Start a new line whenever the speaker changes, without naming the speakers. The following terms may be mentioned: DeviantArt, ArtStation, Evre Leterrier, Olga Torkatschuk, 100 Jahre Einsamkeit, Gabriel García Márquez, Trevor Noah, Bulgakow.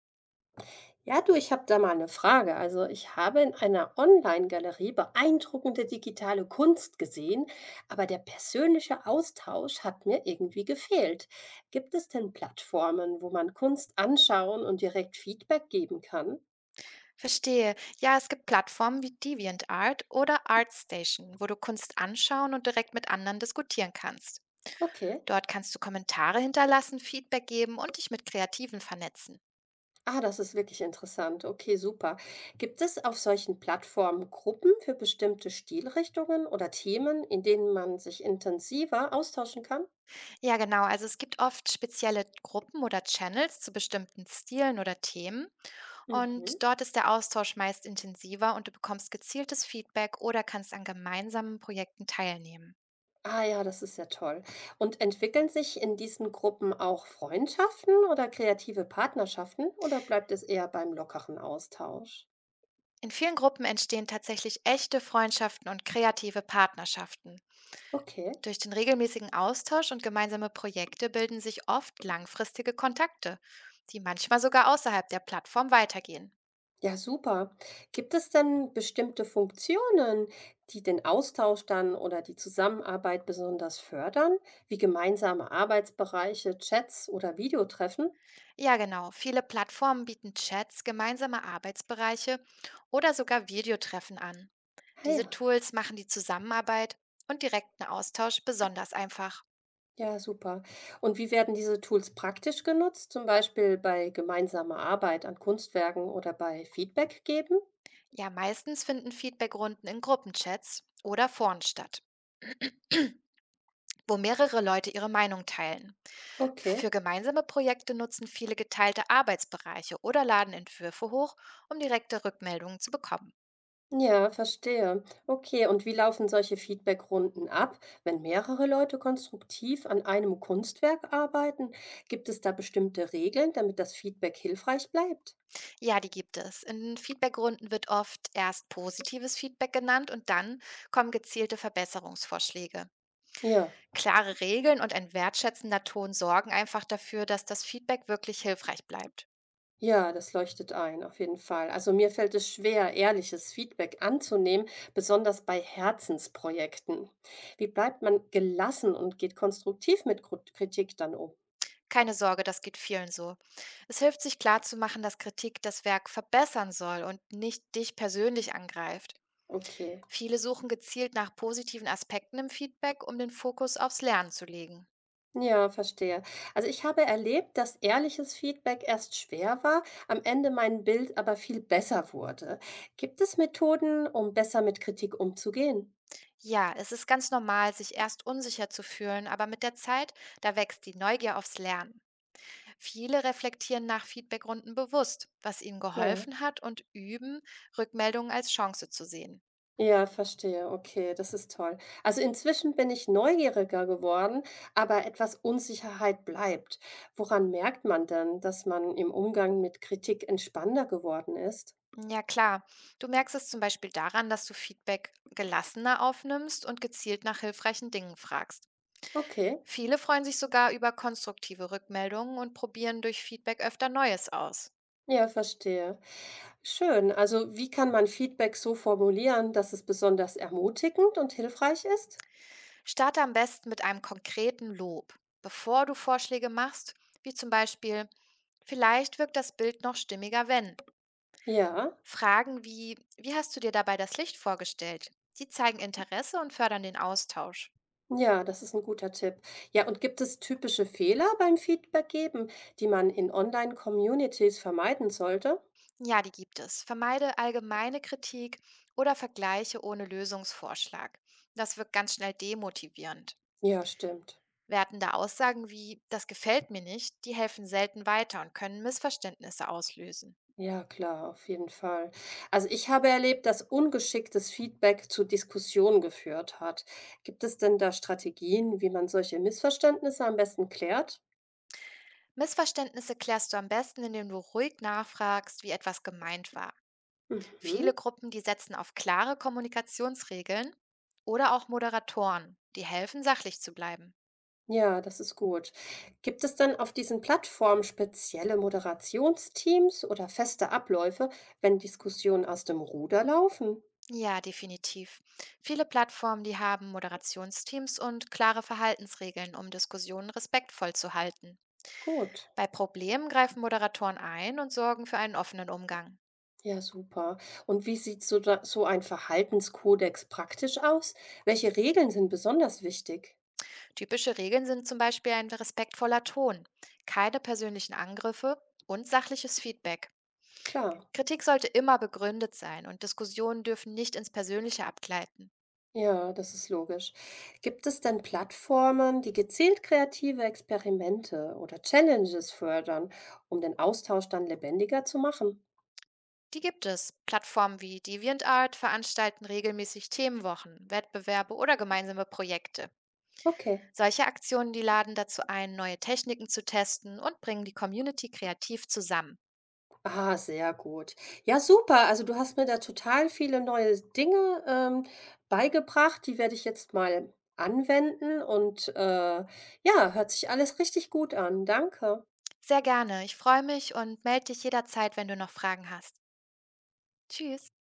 Ja, du, ich habe da mal eine Frage. Also, ich habe in einer Online-Galerie beeindruckende digitale Kunst gesehen, aber der persönliche Austausch hat mir irgendwie gefehlt. Gibt es denn Plattformen, wo man Kunst anschauen und direkt Feedback geben kann?
Verstehe. Ja, es gibt Plattformen wie DeviantArt oder ArtStation, wo du Kunst anschauen und direkt mit anderen diskutieren kannst.
Okay.
Dort kannst du Kommentare hinterlassen, Feedback geben und dich mit Kreativen vernetzen.
Ah, das ist wirklich interessant. Okay, super. Gibt es auf solchen Plattformen Gruppen für bestimmte Stilrichtungen oder Themen, in denen man sich intensiver austauschen kann?
Ja, genau. Also es gibt oft spezielle Gruppen oder Channels zu bestimmten Stilen oder Themen.
Mhm.
Und dort ist der Austausch meist intensiver und du bekommst gezieltes Feedback oder kannst an gemeinsamen Projekten teilnehmen.
Ah ja, das ist ja toll. Und entwickeln sich in diesen Gruppen auch Freundschaften oder kreative Partnerschaften oder bleibt es eher beim lockeren Austausch?
In vielen Gruppen entstehen tatsächlich echte Freundschaften und kreative Partnerschaften.
Okay,
Durch den regelmäßigen Austausch und gemeinsame Projekte bilden sich oft langfristige Kontakte, die manchmal sogar außerhalb der Plattform weitergehen.
ja super. Gibt es denn bestimmte Funktionen, die den Austausch dann oder die Zusammenarbeit besonders fördern, wie gemeinsame Arbeitsbereiche, Chats oder Videotreffen?
Ja, genau. Viele Plattformen bieten Chats, gemeinsame Arbeitsbereiche oder sogar Videotreffen an.
Ah
Diese
ja.
Tools machen die Zusammenarbeit und direkten Austausch besonders einfach.
Ja, super. Und wie werden diese Tools praktisch genutzt, zum Beispiel bei gemeinsamer Arbeit an Kunstwerken oder bei Feedback geben?
Ja, meistens finden Feedbackrunden in Gruppenchats oder Foren statt, wo mehrere Leute ihre Meinung teilen.
Okay.
Für gemeinsame Projekte nutzen viele geteilte Arbeitsbereiche oder laden Entwürfe hoch, um direkte Rückmeldungen zu bekommen.
Ja, verstehe. Okay, und wie laufen solche Feedbackrunden ab, wenn mehrere Leute konstruktiv an einem Kunstwerk arbeiten? Gibt es da bestimmte Regeln, damit das Feedback hilfreich bleibt?
Ja, die gibt es. In Feedbackrunden wird oft erst positives Feedback genannt und dann kommen gezielte Verbesserungsvorschläge.
Ja.
Klare Regeln und ein wertschätzender Ton sorgen einfach dafür, dass das Feedback wirklich hilfreich bleibt.
Ja, das leuchtet ein, auf jeden Fall. Also mir fällt es schwer, ehrliches Feedback anzunehmen, besonders bei Herzensprojekten. Wie bleibt man gelassen und geht konstruktiv mit Kritik dann um?
Keine Sorge, das geht vielen so. Es hilft sich klarzumachen, dass Kritik das Werk verbessern soll und nicht dich persönlich angreift.
Okay,
Viele suchen gezielt nach positiven Aspekten im Feedback, um den Fokus aufs Lernen zu legen.
ja, verstehe. Also ich habe erlebt, dass ehrliches Feedback erst schwer war, am Ende mein Bild aber viel besser wurde. Gibt es Methoden, um besser mit Kritik umzugehen?
Ja, es ist ganz normal, sich erst unsicher zu fühlen, aber mit der Zeit, da wächst die Neugier aufs Lernen. Viele reflektieren nach Feedbackrunden bewusst, was ihnen
Ja.
geholfen hat und üben, Rückmeldungen als Chance zu sehen.
Ja, verstehe. Okay, das ist toll. Also inzwischen bin ich neugieriger geworden, aber etwas Unsicherheit bleibt. Woran merkt man denn, dass man im Umgang mit Kritik entspannter geworden ist?
Ja klar, du merkst es zum Beispiel daran, dass du Feedback gelassener aufnimmst und gezielt nach hilfreichen Dingen fragst.
Okay,
Viele freuen sich sogar über konstruktive Rückmeldungen und probieren durch Feedback öfter Neues aus.
ja, verstehe. Schön. Also wie kann man Feedback so formulieren, dass es besonders ermutigend und hilfreich ist?
Starte am besten mit einem konkreten Lob, bevor du Vorschläge machst, wie zum Beispiel, vielleicht wirkt das Bild noch stimmiger, wenn.
Ja.
Fragen wie, wie hast du dir dabei das Licht vorgestellt? Die zeigen Interesse und fördern den Austausch.
Ja, das ist ein guter Tipp. Ja, und gibt es typische Fehler beim Feedback geben, die man in Online-Communities vermeiden sollte?
Ja, die gibt es. Vermeide allgemeine Kritik oder Vergleiche ohne Lösungsvorschlag. Das wirkt ganz schnell demotivierend.
Ja, stimmt.
Wertende Aussagen wie, das gefällt mir nicht, die helfen selten weiter und können Missverständnisse auslösen.
Ja, klar, auf jeden Fall. Also ich habe erlebt, dass ungeschicktes Feedback zu Diskussionen geführt hat. Gibt es denn da Strategien, wie man solche Missverständnisse am besten klärt?
Missverständnisse klärst du am besten, indem du ruhig nachfragst, wie etwas gemeint war.
Mhm.
Viele Gruppen, die setzen auf klare Kommunikationsregeln oder auch Moderatoren, die helfen, sachlich zu bleiben.
Ja, das ist gut. Gibt es denn auf diesen Plattformen spezielle Moderationsteams oder feste Abläufe, wenn Diskussionen aus dem Ruder laufen?
Ja, definitiv. Viele Plattformen, die haben Moderationsteams und klare Verhaltensregeln, um Diskussionen respektvoll zu halten.
Gut.
Bei Problemen greifen Moderatoren ein und sorgen für einen offenen Umgang.
Ja, super. Und wie sieht so, da, so ein Verhaltenskodex praktisch aus? Welche Regeln sind besonders wichtig?
Typische Regeln sind zum Beispiel ein respektvoller Ton, keine persönlichen Angriffe und sachliches Feedback.
Klar.
Kritik sollte immer begründet sein und Diskussionen dürfen nicht ins Persönliche abgleiten.
Ja, das ist logisch. Gibt es denn Plattformen, die gezielt kreative Experimente oder Challenges fördern, um den Austausch dann lebendiger zu machen?
Die gibt es. Plattformen wie DeviantArt veranstalten regelmäßig Themenwochen, Wettbewerbe oder gemeinsame Projekte.
Okay.
Solche Aktionen, die laden dazu ein, neue Techniken zu testen und bringen die Community kreativ zusammen.
Ah, sehr gut. Ja, super. Also du hast mir da total viele neue Dinge beigebracht. Die werde ich jetzt mal anwenden und ja, hört sich alles richtig gut an. Danke.
Sehr gerne. Ich freue mich und melde dich jederzeit, wenn du noch Fragen hast. Tschüss.